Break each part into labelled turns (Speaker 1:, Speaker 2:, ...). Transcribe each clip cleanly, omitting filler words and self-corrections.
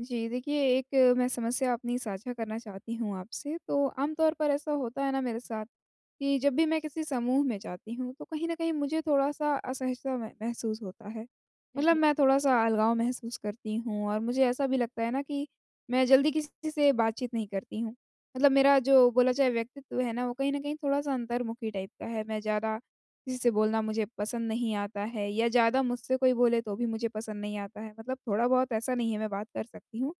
Speaker 1: जी, देखिए मैं समस्या अपनी साझा करना चाहती हूँ आपसे। तो आमतौर पर ऐसा होता है ना मेरे साथ कि जब भी मैं किसी समूह में जाती हूँ, तो कहीं न कहीं मुझे थोड़ा-सा असहजता मह महसूस होता है। मतलब मैं थोड़ा-सा अलगाव महसूस करती हूँ और मुझे ऐसा भी लगता है ना कि मैं जल्दी किसी से बातचीत नहीं करती हूँ। मतलब मेरा जो बोला जाए व्यक्तित्व है ना, वो कहीं न कहीं थोड़ा-सा अंतर्मुखी टाइप का है। मैं ज़्यादा किसी से बोलना मुझे पसंद नहीं आता है या ज़्यादा मुझसे कोई बोले तो भी मुझे पसंद नहीं आता है। मतलब थोड़ा बहुत ऐसा नहीं है मैं बात कर सकती हूँ।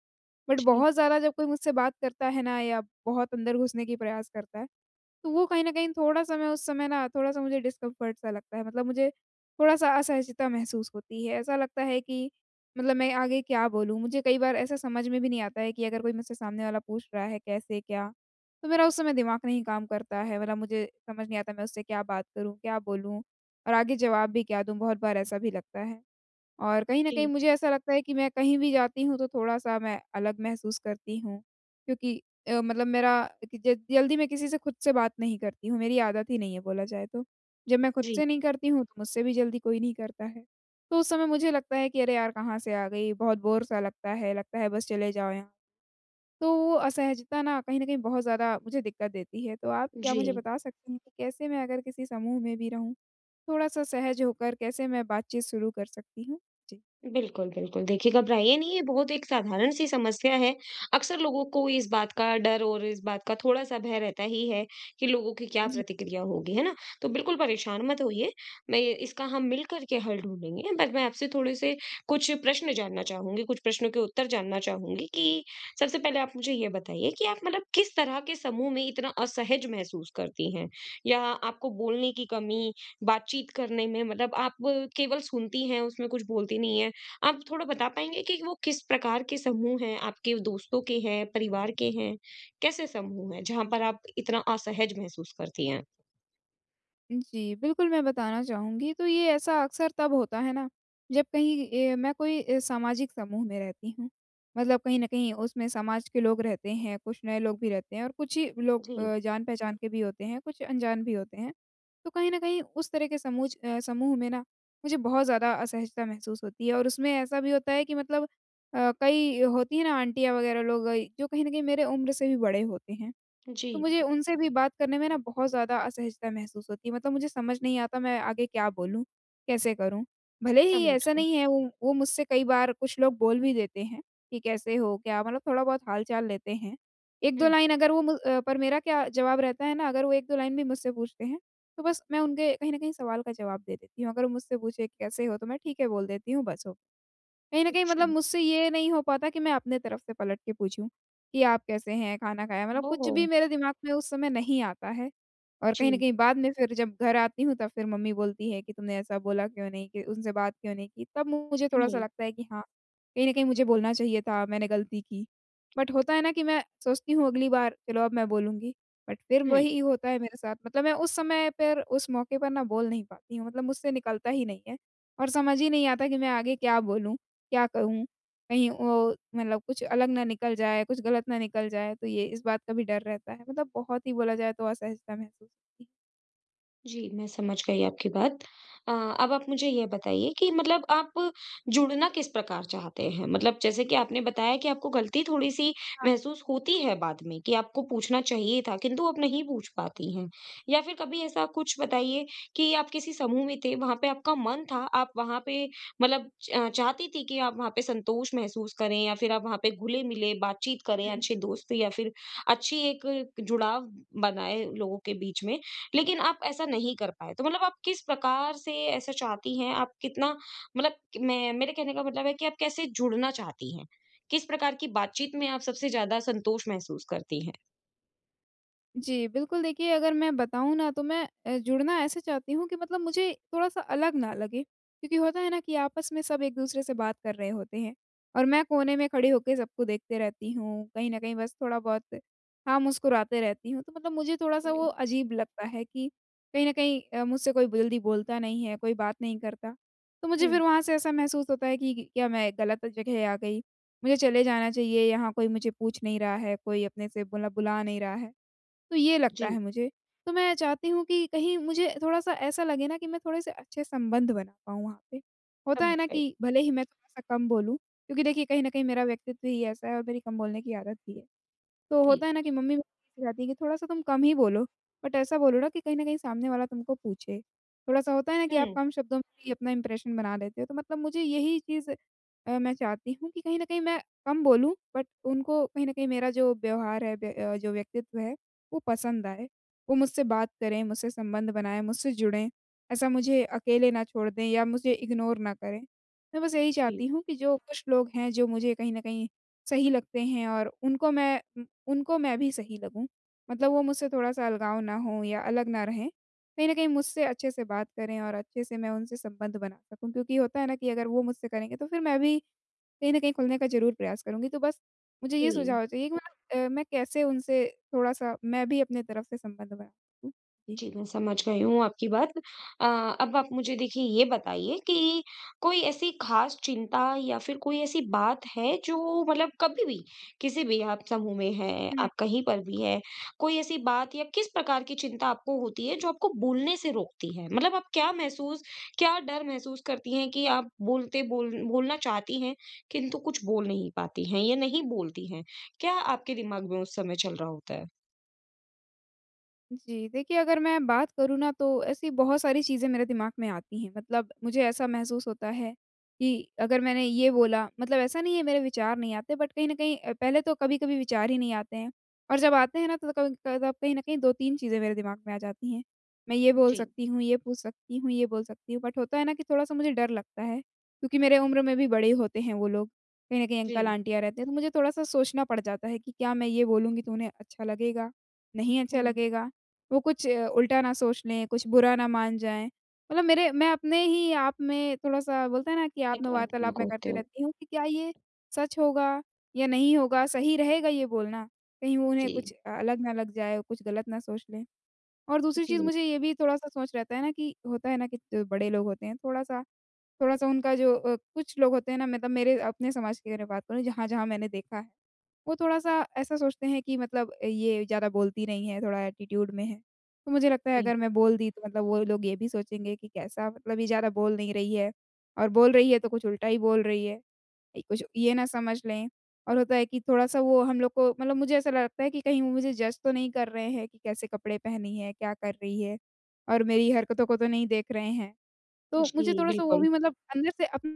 Speaker 1: बट
Speaker 2: जी,
Speaker 1: बहुत ज़्यादा जब कोई मुझसे बात करता है ना या बहुत अंदर घुसने की प्रयास करता है, तो वो कहीं न कहीं थोड़ा-सा मैं उस समय ना थोड़ा-सा मुझे डिस्कम्फ़र्ट सा लगता है, मतलब मुझे थोड़ा-सा असहजता महसूस होती है। ऐसा लगता है कि मतलब मैं आगे क्या बोलूँ? मुझे कई बार ऐसा समझ में भी नहीं आता है कि अगर कोई मुझसे सामने वाला पूछ रहा है कैसे क्या? तो मेरा उस समय दिमाग नहीं काम करता है, मतलब मुझे समझ नहीं आता मैं उससे क्या बात करूँ, क्या बोलूँ और आगे जवाब भी क्या दूँ? बहुत बार ऐसा भी लगता है। और कहीं न कहीं
Speaker 2: जी,
Speaker 1: मुझे ऐसा लगता है कि मैं कहीं भी जाती हूँ तो थोड़ा-सा मैं अलग महसूस करती हूँ, क्योंकि मतलब मेरा कि ज जल्दी मैं किसी से खुद से बात नहीं करती हूँ, मेरी आदत ही नहीं है बोला जाए तो। जब मैं खुद
Speaker 2: जी,
Speaker 1: से नहीं करती हूँ तो मुझसे भी जल्दी कोई नहीं करता है। तो उस समय मुझे लगता है कि अरे यार! कहाँ से आ गई, बहुत बोर-सा लगता है बस चले जाओ यहाँ। तो वो असहजता ना कहीं न कहीं बहुत ज़्यादा मुझे दिक्कत देती है। तो आप क्या
Speaker 2: जी।
Speaker 1: मुझे बता सकते हैं कि कैसे मैं अगर किसी समूह में भी रहूँ, थोड़ा-सा सहज होकर कैसे मैं बातचीत शुरू कर सकती हूँ?
Speaker 2: बिल्कुल, बिल्कुल। देखिए, घबराइए नहीं, ये बहुत एक साधारण-सी समस्या है। अक्सर लोगों को इस बात का डर और इस बात का थोड़ा-सा भय रहता ही है कि लोगों की क्या
Speaker 1: जी।
Speaker 2: प्रतिक्रिया होगी, है ना? तो बिल्कुल परेशान मत होइए, मैं इसका हम मिल कर के हल ढूँढेंगे। बट मैं आपसे थोड़े-से कुछ प्रश्न जानना चाहूँगी, कुछ प्रश्नों के उत्तर जानना चाहूँगी कि सबसे पहले आप मुझे ये बताइए कि आप मतलब किस तरह के समूह में इतना असहज महसूस करती हैं? या आपको बोलने की कमी, बातचीत करने में मतलब आप केवल सुनती हैं, उसमें कुछ बोलती नहीं हैं? आप थोड़ा बता पाएँगे कि वो किस प्रकार के समूह हैं? आपके दोस्तों के हैं, परिवार के हैं? कैसे समूह हैं, जहाँ पर आप इतना असहज महसूस करती हैं?
Speaker 1: जी, बिल्कुल मैं बताना चाहूँगी, तो ये ऐसा अक्सर तब होता है ना, जब कहीं मैं कोई सामाजिक समूह में रहती हूँ। मतलब कहीं न कहीं उसमें समाज के लोग रहते हैं, कुछ नए लोग भी रहते हैं और कुछ ही लोग
Speaker 2: जी,
Speaker 1: जान-पहचान के भी होते हैं, कुछ अनजान भी होते हैं। तो कहीं न कहीं उस तरह के समूह में ना, मुझे बहुत ज़्यादा असहजता महसूस होती है और उसमें ऐसा भी होता है कि मतलब कई होती हैं ना आंटियाँ वग़ैरह लोग, जो कहीं न कहीं मेरे उम्र से भी बड़े होते हैं। तो
Speaker 2: जी,
Speaker 1: मुझे उनसे भी बात करने में ना बहुत ज़्यादा असहजता महसूस होती है, मतलब मुझे समझ नहीं आता मैं आगे क्या बोलूँ? कैसे करूँ? भले ही
Speaker 2: समझ
Speaker 1: ऐसा
Speaker 2: गए।
Speaker 1: नहीं है, वो मुझसे कई बार कुछ लोग बोल भी देते हैं कि कैसे हो? क्या? मतलब थोड़ा बहुत हाल-चाल लेते हैं।
Speaker 2: हुँ,
Speaker 1: 1-2 लाइन अगर वो पर मेरा क्या जवाब रहता है ना अगर वो 1-2 लाइन भी मुझसे पूछते हैं, तो बस मैं उनके कहीं न कहीं सवाल का जवाब दे देती हूँ। अगर वो मुझसे पूछे कि कैसे हो? तो मैं ठीक है बोल देती हूँ, बस हो कहीं न कहीं
Speaker 2: अच्छा।
Speaker 1: मतलब मुझसे ये नहीं हो पाता कि मैं अपने तरफ से पलट के पूछूँ, कि आप कैसे हैं? खाना खाया? मतलब कुछ
Speaker 2: ओह!
Speaker 1: भी मेरे दिमाग में उस समय नहीं आता है। और कहीं न
Speaker 2: जी,
Speaker 1: कहीं बाद में फिर जब घर आती हूँ, तब फिर मम्मी बोलती है कि तुमने ऐसा बोला क्यों नहीं? कि उनसे बात क्यों नहीं की? तब मुझे थोड़ा-सा
Speaker 2: हुँ,
Speaker 1: लगता है कि हाँ, कहीं न कहीं मुझे बोलना चाहिए था, मैंने गलती की। बट होता है ना कि मैं सोचती हूँ अगली बार चलो अब मैं बोलूँगी, बट फिर
Speaker 2: हुँ।
Speaker 1: वही होता है मेरे साथ। मतलब मैं उस समय पर उस मौके पर ना बोल नहीं पाती हूँ, मतलब मुझसे निकलता ही नहीं है और समझ ही नहीं आता कि मैं आगे क्या बोलूँ? क्या कहूँ? कहीं वो मतलब कुछ अलग ना निकल जाए, कुछ गलत ना निकल जाए, तो ये इस बात का भी डर रहता है। मतलब बहुत ही बोला जाए तो असहजता महसूस होती है।
Speaker 2: जी, मैं समझ गई आपकी बात। अ, अब आप मुझे ये बताइए कि मतलब आप जुड़ना किस प्रकार चाहते हैं? मतलब जैसे कि आपने बताया कि आपको गलती थोड़ी-सी
Speaker 1: हाँ,
Speaker 2: महसूस होती है बाद में कि आपको पूछना चाहिए था, किंतु आप नहीं पूछ पाती हैं। या फिर कभी ऐसा कुछ बताइए कि आप किसी समूह में थे, वहाँ पे आपका मन था, आप वहाँ पे मतलब च चाहती थी कि आप वहाँ पे संतोष महसूस करें या फिर आप वहाँ पे घुले-मिले बातचीत करें,
Speaker 1: हुँ।
Speaker 2: अच्छे दोस्त या फिर अच्छी एक जुड़ाव बनाए लोगों के बीच में। लेकिन आप ऐसा नहीं कर पाए। तो मतलब आप किस प्रकार से ऐसा चाहती हैं? आप मैं मेरे कहने का मतलब है कि आप कैसे जुड़ना चाहती हैं? किस प्रकार की बातचीत में आप सबसे ज़्यादा संतोष महसूस करती हैं?
Speaker 1: जी, बिल्कुल देखिए अगर मैं बताऊँ ना, तो मैं जुड़ना ऐसे चाहती हूँ कि मतलब मुझे थोड़ा-सा अलग ना लगे, क्योंकि होता है ना कि आपस में सब एक-दूसरे से बात कर रहे होते हैं और मैं कोने में खड़ी होके सबको देखते रहती हूँ, कहीं न कहीं बस थोड़ा-बहुत हाँ, मुस्कुराते रहती हूँ, तो मतलब मुझे थोड़ा-सा वो
Speaker 2: जी।
Speaker 1: अजीब लगता है कि कहीं न कहीं मुझसे कोई जल्दी बोलता नहीं है, कोई बात नहीं करता। तो मुझे
Speaker 2: हुँ,
Speaker 1: फिर वहाँ से ऐसा महसूस होता है कि क्या मैं गलत जगह आ गई? मुझे चले जाना चाहिए, यहाँ कोई मुझे पूछ नहीं रहा है, कोई अपने से बुला बुला नहीं रहा है। तो ये लगता
Speaker 2: जी।
Speaker 1: है मुझे। तो मैं चाहती हूँ कि कहीं मुझे थोड़ा-सा ऐसा लगे ना कि मैं थोड़े-से अच्छे संबंध बना पाऊँ वहाँ पे। होता
Speaker 2: समझ
Speaker 1: है ना
Speaker 2: गई।
Speaker 1: कि भले ही मैं थोड़ा-सा कम बोलूँ, क्योंकि देखिए कहीं न कहीं मेरा व्यक्तित्व ही ऐसा है और मेरी कम बोलने की आदत भी है। तो
Speaker 2: जी।
Speaker 1: होता है ना कि मम्मी मेरी यही सिखाती है कि थोड़ा-सा तुम कम ही बोलो, बट ऐसा बोलो ना कि कहीं न कहीं सामने वाला तुमको पूछे। थोड़ा-सा होता है ना कि आप
Speaker 2: हुँ,
Speaker 1: कम शब्दों में भी अपना इंप्रेशन बना लेते हो, तो मतलब मुझे यही चीज़, मैं चाहती हूँ कि कहीं न कहीं मैं कम बोलूँ, बट उनको कहीं न कहीं मेरा जो व्यवहार है, जो व्यक्तित्व है, वो पसंद आए। वो मुझसे बात करें, मुझसे संबंध बनाएँ, मुझसे जुड़ें, ऐसा मुझे अकेले ना छोड़ दें या मुझे इग्नोर ना करें। मैं बस यही
Speaker 2: जी,
Speaker 1: चाहती हूँ कि जो कुछ लोग हैं, जो मुझे कहीं न कहीं सही लगते हैं, और उनको मैं भी सही लगूँ। मतलब वो मुझसे थोड़ा-सा अलगाव ना हो या अलग ना रहें। कहीं न कहीं मुझसे अच्छे से बात करें और अच्छे से मैं उनसे संबंध बना सकूँ, क्योंकि होता है ना कि अगर वो मुझसे करेंगे तो फिर मैं भी कहीं न कहीं खुलने का ज़रूर प्रयास करूँगी। तो बस मुझे
Speaker 2: जी।
Speaker 1: ये सुझाव चाहिए कि मतलब मैं कैसे उनसे थोड़ा-सा मैं भी अपने तरफ से संबंध बना सकूँ? जी।
Speaker 2: जी, मैं समझ गई हूँ आपकी बात। अ, अब आप मुझे देखिए ये बताइए कि कोई ऐसी ख़ास चिंता या फिर कोई ऐसी बात है जो मतलब कभी भी, किसी भी आप समूह में हैं, आप कहीं पर भी हैं, कोई ऐसी बात या किस प्रकार की चिंता आपको होती है जो आपको बोलने से रोकती है? मतलब आप क्या डर महसूस करती हैं कि आप बोलते बोल बोलना चाहती हैं, किंतु कुछ बोल नहीं पाती हैं या नहीं बोलती हैं? क्या आपके दिमाग में उस समय चल रहा होता है?
Speaker 1: जी, देखिए अगर मैं बात करूँ ना, तो ऐसी बहुत सारी चीज़ें मेरे दिमाग में आती हैं। मतलब मुझे ऐसा महसूस होता है कि अगर मैंने ये बोला, मतलब ऐसा नहीं है मेरे विचार नहीं आते, बट कहीं न कहीं पहले तो कभी-कभी विचार ही नहीं आते हैं, और जब आते हैं ना तो क तब कहीं न कहीं 2-3 चीज़ें मेरे दिमाग में आ जाती हैं। मैं ये बोल
Speaker 2: जी,
Speaker 1: सकती हूँ, ये पूछ सकती हूँ, ये बोल सकती हूँ, बट होता है ना कि थोड़ा-सा मुझे डर लगता है, क्योंकि मेरे उम्र में भी बड़े होते हैं वो लोग। कहीं न कहीं
Speaker 2: जी।
Speaker 1: अंकल-आंटियाँ रहते हैं, तो मुझे थोड़ा-सा सोचना पड़ जाता है कि क्या मैं ये बोलूँगी तो उन्हें अच्छा लगेगा? नहीं अच्छा
Speaker 2: हुँ।
Speaker 1: लगेगा? वो कुछ उल्टा ना सोच लें, कुछ बुरा ना मान जाएँ। मतलब मेरे मैं अपने ही आप में थोड़ा-सा बोलते हैं ना कि आत्म-वार्तालाप
Speaker 2: नकारात्मक
Speaker 1: मैं
Speaker 2: होते
Speaker 1: करती
Speaker 2: हो।
Speaker 1: रहती हूँ कि क्या ये सच होगा या नहीं होगा? सही रहेगा ये बोलना? कहीं वो उन्हें
Speaker 2: जी,
Speaker 1: कुछ अलग ना लग जाए, कुछ गलत ना सोच लें। और दूसरी चीज़
Speaker 2: जी,
Speaker 1: मुझे ये भी थोड़ा-सा सोच रहता है ना कि होता है ना कि जो बड़े लोग होते हैं, थोड़ा-सा उनका जो कुछ लोग होते हैं ना, मतलब मेरे अपने समाज की अगर मैं बात करूँ जहाँ-जहाँ मैंने देखा है। वो थोड़ा-सा ऐसा सोचते हैं कि मतलब ये ज़्यादा बोलती नहीं है, थोड़ा एटीट्यूड में है। तो मुझे लगता है
Speaker 2: जी,
Speaker 1: अगर मैं बोल दी तो मतलब वो लोग ये भी सोचेंगे कि कैसा, मतलब ये ज़्यादा बोल नहीं रही है और बोल रही है तो कुछ उल्टा ही बोल रही है। ये कुछ ये ना समझ लें। और होता है कि थोड़ा-सा वो हम लोग को मतलब मुझे ऐसा लगता है कि कहीं वो मुझे जज तो नहीं कर रहे हैं कि कैसे कपड़े पहनी है, क्या कर रही है और मेरी हरकतों को तो नहीं देख रहे हैं। तो
Speaker 2: जी,
Speaker 1: मुझे थोड़ा-सा वो
Speaker 2: बिल्कुल।
Speaker 1: भी मतलब अंदर से अपने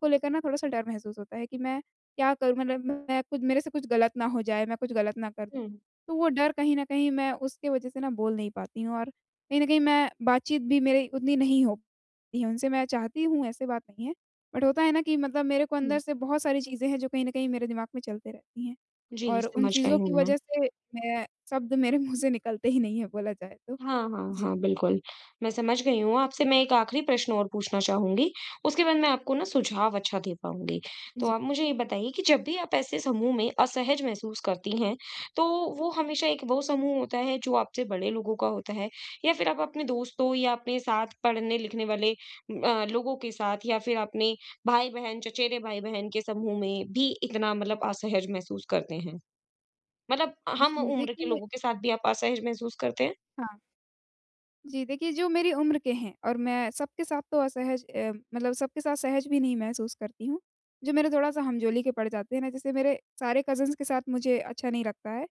Speaker 1: को लेकर ना थोड़ा-सा डर महसूस होता है कि मैं क्या करूँ? मतलब मैं कुछ मेरे से कुछ गलत ना हो जाए, मैं कुछ गलत ना कर दूँ।
Speaker 2: हुँ,
Speaker 1: तो वो डर कहीं न कहीं मैं उसके वजह से ना बोल नहीं पाती हूँ और कहीं न कहीं मैं बातचीत भी मेरी उतनी नहीं हो पाती है उनसे। मैं चाहती हूँ, ऐसे बात नहीं है, बट होता है ना कि मतलब मेरे को
Speaker 2: हुँ।
Speaker 1: अंदर से बहुत सारी चीज़ें हैं जो कहीं न कहीं मेरे दिमाग में चलते रहती हैं
Speaker 2: जी,
Speaker 1: और उन
Speaker 2: समझ गई
Speaker 1: चीज़ों
Speaker 2: हूँ
Speaker 1: की
Speaker 2: मैं।
Speaker 1: वजह से मैं शब्द मेरे मुँह से निकलते ही नहीं हैं बोला जाए तो।
Speaker 2: हाँ, हाँ,
Speaker 1: जी,
Speaker 2: हाँ, बिल्कुल। मैं समझ गई हूँ। आपसे मैं एक आखिरी प्रश्न और पूछना चाहूँगी, उसके बाद मैं आपको ना सुझाव अच्छा दे पाऊँगी। तो
Speaker 1: जी,
Speaker 2: आप मुझे ये बताइए कि जब भी आप ऐसे समूह में असहज महसूस करती हैं, तो वो हमेशा एक वो समूह होता है जो आपसे बड़े लोगों का होता है या फिर आप अपने दोस्तों या अपने साथ पढ़ने-लिखने वाले लोगों के साथ या फिर अपने भाई-बहन, चचेरे भाई-बहन के समूह में भी इतना मतलब असहज महसूस करते हैं? मतलब हम
Speaker 1: जी,
Speaker 2: उम्र के
Speaker 1: देखिए
Speaker 2: लोगों के साथ भी आप असहज महसूस करते हैं?
Speaker 1: हाँ। जी, देखिए जो मेरी उम्र के हैं और मैं सबके साथ तो मतलब सबके साथ सहज भी नहीं महसूस करती हूँ। जो मेरे थोड़ा-सा हमजोली के पड़ जाते हैं ना, जैसे मेरे सारे कज़िन्स के साथ मुझे अच्छा नहीं लगता है।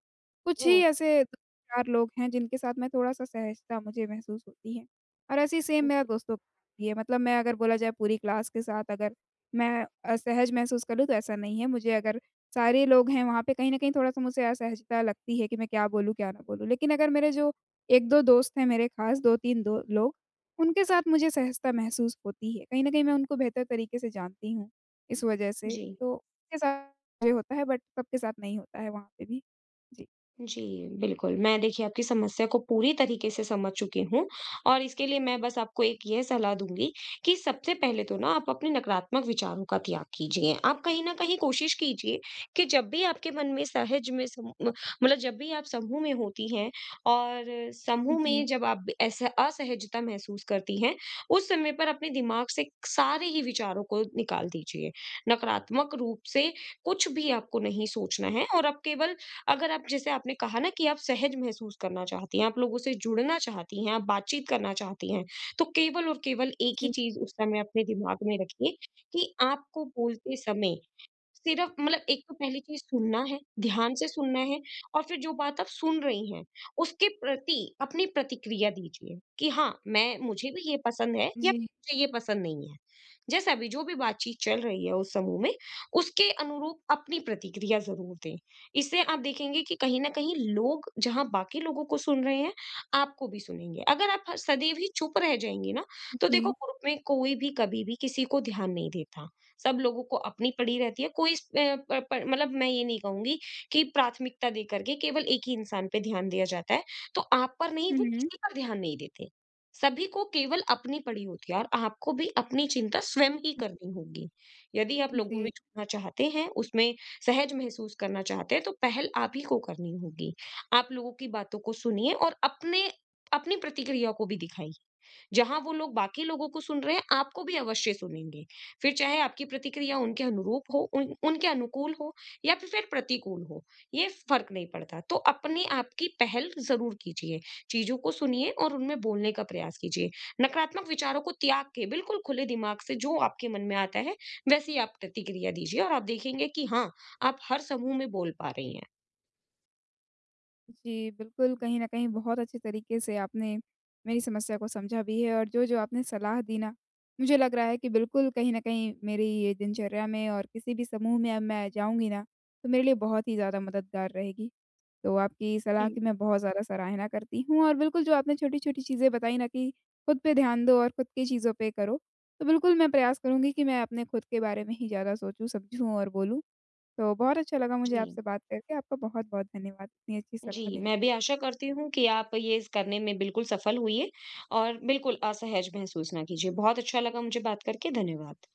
Speaker 1: कुछ ही ऐसे 2-4 लोग हैं जिनके साथ मैं थोड़ा-सा सहजता मुझे महसूस होती है। और ऐसे ही सेम
Speaker 2: हुँ।
Speaker 1: मेरा दोस्तों के साथ भी है, मतलब मैं अगर बोला जाए पूरी क्लास के साथ अगर मैं असहज महसूस करूँ तो ऐसा नहीं है। मुझे अगर सारे लोग हैं वहाँ पे कहीं न कहीं थोड़ा-सा मुझसे असहजता लगती है कि मैं क्या बोलूँ, क्या ना बोलूँ। लेकिन अगर मेरे जो 1-2 दोस्त हैं, मेरे खास 2-3 दो लोग, उनके साथ मुझे सहजता महसूस होती है। कहीं न कहीं मैं उनको बेहतर तरीके से जानती हूँ, इस वजह से।
Speaker 2: जी,
Speaker 1: तो उनके साथ ये होता है, बट सबके साथ नहीं होता है वहाँ पे भी। जी।
Speaker 2: जी, बिल्कुल। मैं देखिए आपकी समस्या को पूरी तरीके से समझ चुकी हूँ और इसके लिए मैं बस आपको एक ये सलाह दूँगी कि सबसे पहले तो ना आप अपने नकारात्मक विचारों का त्याग कीजिए। आप कहीं न कहीं कोशिश कीजिए कि जब भी आपके मन में सहज में सम म मतलब जब भी आप समूह में होती हैं और समूह में
Speaker 1: जी।
Speaker 2: जब आप ऐसा असहजता महसूस करती हैं, उस समय पर अपने दिमाग से सारे ही विचारों को निकाल दीजिए। नकारात्मक रूप से कुछ भी आपको नहीं सोचना है और आप केवल अगर आप जैसे आपने कहा ना कि आप सहज महसूस करना चाहती हैं, आप लोगों से जुड़ना चाहती हैं, आप बातचीत करना चाहती हैं, तो केवल और केवल एक ही
Speaker 1: जी,
Speaker 2: चीज़ उस समय अपने दिमाग में रखिए कि आपको बोलते समय सिर्फ मतलब एक तो पहली चीज़ सुनना है, ध्यान से सुनना है और फिर जो बात आप सुन रही हैं, उसके प्रति अपनी प्रतिक्रिया दीजिए कि हाँ, मैं मुझे भी ये पसंद है या
Speaker 1: जी,
Speaker 2: मुझे ये पसंद नहीं है। जैसा भी जो भी बातचीत चल रही है उस समूह में, उसके अनुरूप अपनी प्रतिक्रिया ज़रूर दें। इससे आप देखेंगे कि कहीं न कहीं लोग जहाँ बाकी लोगों को सुन रहे हैं, आपको भी सुनेंगे। अगर आप ह सदैव ही चुप रह जाएँगे ना, तो
Speaker 1: जी।
Speaker 2: देखो ग्रुप में कोई भी कभी भी किसी को ध्यान नहीं देता। सब लोगों को अपनी पड़ी रहती है कोई इस अ, प, प, मतलब मैं ये नहीं कहूंगी कि प्राथमिकता दे करके केवल एक ही इंसान पे ध्यान दिया जाता है, तो आप पर नहीं, वो
Speaker 1: हुँ,
Speaker 2: किसी पर ध्यान नहीं देते। सभी को केवल अपनी पड़ी होती है और आपको भी अपनी चिंता स्वयं ही करनी होगी। यदि आप लोगों में
Speaker 1: जी।
Speaker 2: जुड़ना चाहते हैं, उसमें सहज महसूस करना चाहते हैं, तो पहल आप ही को करनी होगी। आप लोगों की बातों को सुनिए और अपने अपनी प्रतिक्रिया को भी दिखाइए। जहाँ वो लोग बाकी लोगों को सुन रहे हैं, आपको भी अवश्य सुनेंगे। फिर चाहे आपकी प्रतिक्रिया उनके अनुरूप हो, उन उनके अनुकूल हो या फिर प्रतिकूल हो, ये फ़र्क नहीं पड़ता। तो अपने आप की पहल ज़रूर कीजिए, चीज़ों को सुनिए और उनमें बोलने का प्रयास कीजिए। नकारात्मक विचारों को त्याग के बिल्कुल खुले दिमाग से जो आपके मन में आता है, वैसी आप प्रतिक्रिया दीजिए और आप देखेंगे कि हाँ, आप हर समूह में बोल पा रही हैं।
Speaker 1: जी, बिल्कुल, कहीं न कहीं बहुत अच्छे तरीके से आपने मेरी समस्या को समझा भी है और जो-जो आपने सलाह दी ना, मुझे लग रहा है कि बिल्कुल कहीं न कहीं मेरी ये दिनचर्या में और किसी भी समूह में अब मैं जाऊँगी ना, तो मेरे लिए बहुत ही ज़्यादा मददगार रहेगी। तो आपकी सलाह की मैं बहुत ज़्यादा सराहना करती हूँ और बिल्कुल जो आपने छोटी-छोटी चीज़ें बताई ना कि खुद पे ध्यान दो और खुद की चीज़ों पे करो, तो बिल्कुल मैं प्रयास करूँगी कि मैं अपने खुद के बारे में ही ज़्यादा सोचूँ, समझूँ और बोलूँ। तो बहुत अच्छा लगा मुझे
Speaker 2: जी।
Speaker 1: आपसे बात करके, आपका बहुत-बहुत धन्यवाद इतनी अच्छी
Speaker 2: जी,
Speaker 1: सलाह देने
Speaker 2: मैं
Speaker 1: के
Speaker 2: भी
Speaker 1: लिए।
Speaker 2: आशा करती हूँ कि आप ये इस करने में बिल्कुल सफल हुई हैं और बिल्कुल असहज महसूस ना कीजिए। बहुत अच्छा लगा मुझे बात करके, धन्यवाद।